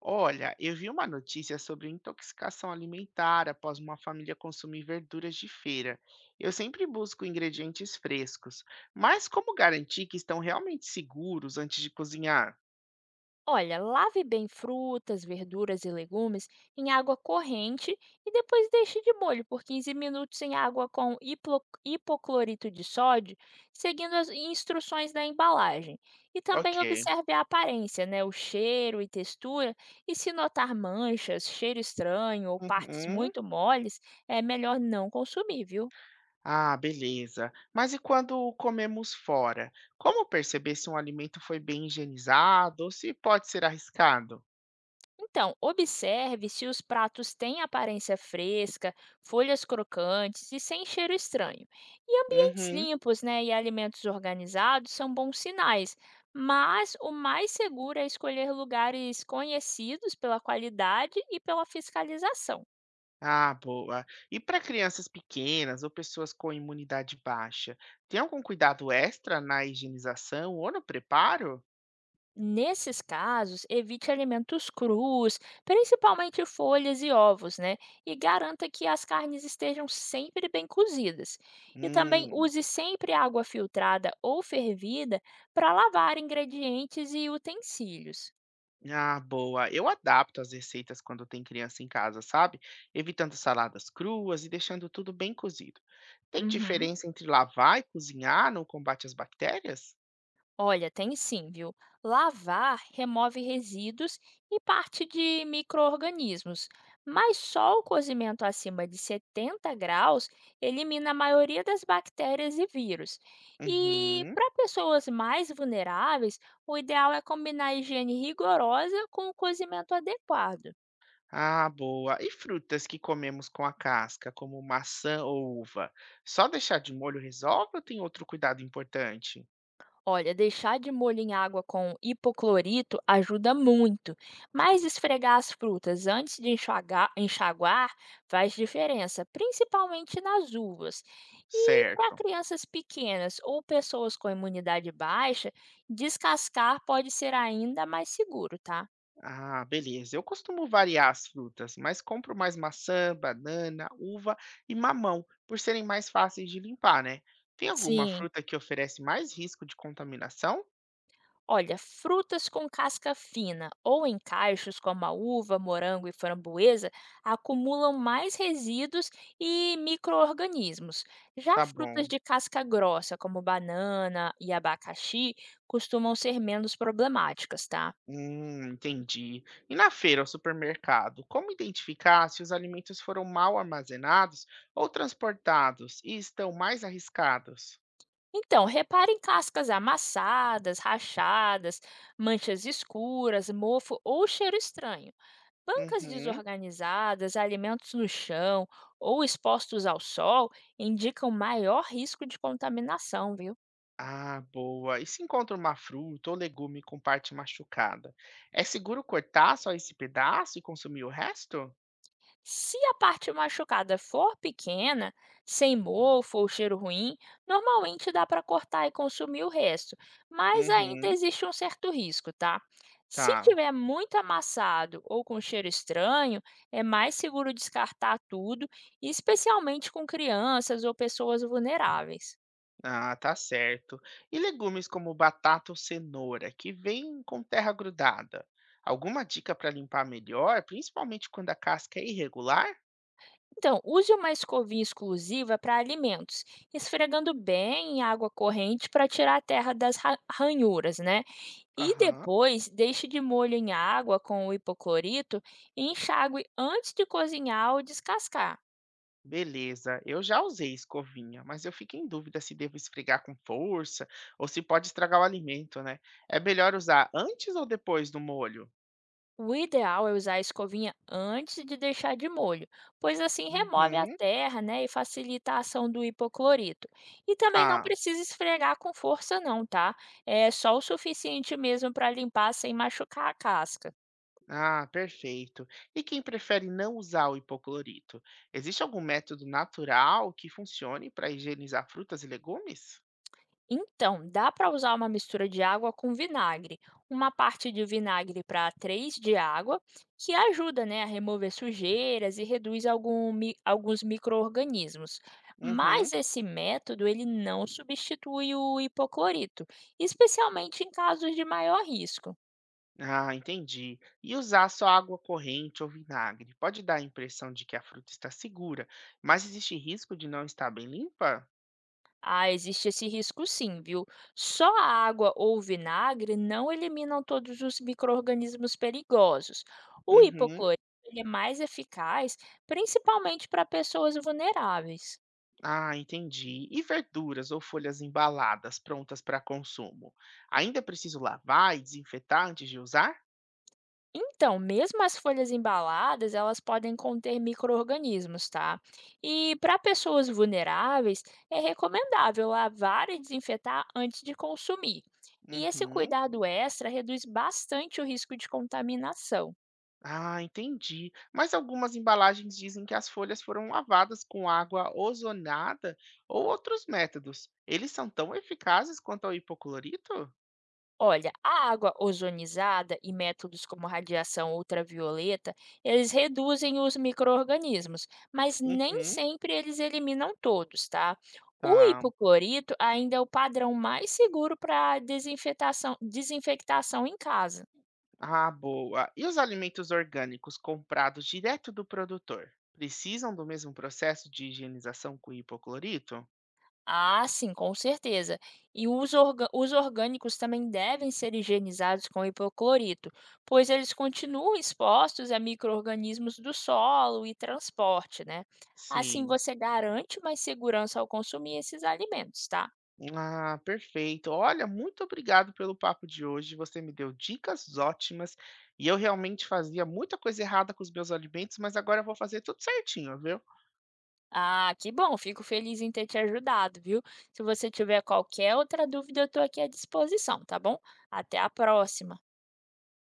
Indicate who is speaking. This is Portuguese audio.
Speaker 1: Olha, eu vi uma notícia sobre intoxicação alimentar após uma família consumir verduras de feira. Eu sempre busco ingredientes frescos, mas como garantir que estão realmente seguros antes de cozinhar?
Speaker 2: Olha, lave bem frutas, verduras e legumes em água corrente e depois deixe de molho por 15 minutos em água com hipoclorito de sódio, seguindo as instruções da embalagem. E
Speaker 1: Ok.
Speaker 2: também observe a aparência, né, o cheiro e textura, e se notar manchas, cheiro estranho ou partes
Speaker 1: Uhum.
Speaker 2: muito moles, é melhor não consumir, viu?
Speaker 1: Ah, beleza. Mas e quando comemos fora? Como perceber se um alimento foi bem higienizado ou se pode ser arriscado?
Speaker 2: Então, observe se os pratos têm aparência fresca, folhas crocantes e sem cheiro estranho. E ambientes
Speaker 1: Uhum.
Speaker 2: limpos, né, e alimentos organizados são bons sinais, mas o mais seguro é escolher lugares conhecidos pela qualidade e pela fiscalização.
Speaker 1: Ah, boa. E para crianças pequenas ou pessoas com imunidade baixa, tem algum cuidado extra na higienização ou no preparo?
Speaker 2: Nesses casos, evite alimentos crus, principalmente folhas e ovos, né? E garanta que as carnes estejam sempre bem cozidas. E também
Speaker 1: Hum,
Speaker 2: use sempre água filtrada ou fervida para lavar ingredientes e utensílios.
Speaker 1: ah, boa. Eu adapto as receitas quando tem criança em casa, sabe? Evitando saladas cruas e deixando tudo bem cozido. Tem
Speaker 2: Uhum.
Speaker 1: diferença entre lavar e cozinhar no combate às bactérias?
Speaker 2: Olha, tem sim, viu? Lavar remove resíduos e parte de micro-organismos, mas só o cozimento acima de 70 graus elimina a maioria das bactérias e vírus. E
Speaker 1: Uhum.
Speaker 2: para pessoas mais vulneráveis, o ideal é combinar a higiene rigorosa com o cozimento adequado.
Speaker 1: Ah, boa. E frutas que comemos com a casca, como maçã ou uva? Só deixar de molho resolve ou tem outro cuidado importante?
Speaker 2: Olha, deixar de molho em água com hipoclorito ajuda muito, mas esfregar as frutas antes de enxaguar faz diferença, principalmente nas uvas. E para
Speaker 1: Certo.
Speaker 2: crianças pequenas ou pessoas com imunidade baixa, descascar pode ser ainda mais seguro, tá?
Speaker 1: Ah, beleza. Eu costumo variar as frutas, mas compro mais maçã, banana, uva e mamão, por serem mais fáceis de limpar, né? Tem alguma
Speaker 2: Sim.
Speaker 1: fruta que oferece mais risco de contaminação?
Speaker 2: Olha, frutas com casca fina ou em cachos, como a uva, morango e framboesa, acumulam mais resíduos e micro-organismos. Já
Speaker 1: Tá
Speaker 2: frutas
Speaker 1: bom.
Speaker 2: de casca grossa, como banana e abacaxi, costumam ser menos problemáticas, tá?
Speaker 1: Entendi. E na feira ou supermercado, como identificar se os alimentos foram mal armazenados ou transportados e estão mais arriscados?
Speaker 2: Então, repare em cascas amassadas, rachadas, manchas escuras, mofo ou cheiro estranho. Bancas
Speaker 1: Uhum.
Speaker 2: desorganizadas, alimentos no chão ou expostos ao sol indicam maior risco de contaminação, viu?
Speaker 1: Ah, boa. E se encontra uma fruta ou legume com parte machucada, é seguro cortar só esse pedaço e consumir o resto?
Speaker 2: Se a parte machucada for pequena, sem mofo ou cheiro ruim, normalmente dá para cortar e consumir o resto, mas ainda
Speaker 1: Uhum.
Speaker 2: existe um certo risco, tá? Se
Speaker 1: Tá.
Speaker 2: tiver muito amassado ou com cheiro estranho, é mais seguro descartar tudo, especialmente com crianças ou pessoas vulneráveis.
Speaker 1: Ah, tá certo. E legumes como batata ou cenoura, que vêm com terra grudada. Alguma dica para limpar melhor, principalmente quando a casca é irregular?
Speaker 2: Então, use uma escovinha exclusiva para alimentos, esfregando bem em água corrente para tirar a terra das ranhuras, né? E
Speaker 1: Aham,
Speaker 2: depois deixe de molho em água com o hipoclorito e enxague antes de cozinhar ou descascar.
Speaker 1: beleza. Eu já usei escovinha, mas eu fico em dúvida se devo esfregar com força ou se pode estragar o alimento, né? É melhor usar antes ou depois do molho?
Speaker 2: O ideal é usar a escovinha antes de deixar de molho, pois assim remove a
Speaker 1: Uhum,
Speaker 2: terra, né, e facilita a ação do hipoclorito. E também não
Speaker 1: tá.
Speaker 2: precisa esfregar com força, não, tá? É só o suficiente mesmo para limpar sem machucar a casca.
Speaker 1: Ah, perfeito. E quem prefere não usar o hipoclorito? Existe algum método natural que funcione para higienizar frutas e legumes?
Speaker 2: Então, dá para usar uma mistura de água com vinagre. Uma parte de vinagre para 3 de água, que ajuda, né, a remover sujeiras e reduz alguns micro-organismos.
Speaker 1: Uhum.
Speaker 2: Mas esse método ele não substitui o hipoclorito, especialmente em casos de maior risco.
Speaker 1: Ah, entendi. E usar só água corrente ou vinagre? Pode dar a impressão de que a fruta está segura, mas existe risco de não estar bem limpa?
Speaker 2: Ah, existe esse risco sim, viu? Só a água ou vinagre não eliminam todos os micro-organismos perigosos. O
Speaker 1: Uhum.
Speaker 2: hipoclorito ele é mais eficaz, principalmente para pessoas vulneráveis.
Speaker 1: Ah, entendi. E verduras ou folhas embaladas prontas para consumo? Ainda é preciso lavar e desinfetar antes de usar?
Speaker 2: Então, mesmo as folhas embaladas, elas podem conter micro-organismos, tá? E para pessoas vulneráveis, é recomendável lavar e desinfetar antes de consumir. E esse
Speaker 1: Uhum.
Speaker 2: cuidado extra reduz bastante o risco de contaminação.
Speaker 1: Ah, entendi. Mas algumas embalagens dizem que as folhas foram lavadas com água ozonada ou outros métodos. Eles são tão eficazes quanto ao hipoclorito?
Speaker 2: Olha, a água ozonizada e métodos como radiação ultravioleta, eles reduzem os micro-organismos, mas nem
Speaker 1: Uhum,
Speaker 2: sempre eles eliminam todos, tá? O
Speaker 1: tá.
Speaker 2: hipoclorito ainda é o padrão mais seguro para desinfetação, desinfectação em casa.
Speaker 1: Ah, boa. E os alimentos orgânicos comprados direto do produtor? Precisam do mesmo processo de higienização com hipoclorito?
Speaker 2: Ah, sim, com certeza. E os, os orgânicos também devem ser higienizados com hipoclorito, pois eles continuam expostos a micro-organismos do solo e transporte, né? Assim
Speaker 1: Sim.
Speaker 2: você garante mais segurança ao consumir esses alimentos, tá?
Speaker 1: Ah, perfeito. Olha, muito obrigado pelo papo de hoje. Você me deu dicas ótimas e eu realmente fazia muita coisa errada com os meus alimentos, mas agora eu vou fazer tudo certinho, viu?
Speaker 2: Ah, que bom, fico feliz em ter te ajudado, viu? Se você tiver qualquer outra dúvida, eu estou aqui à disposição, tá bom? Até a próxima.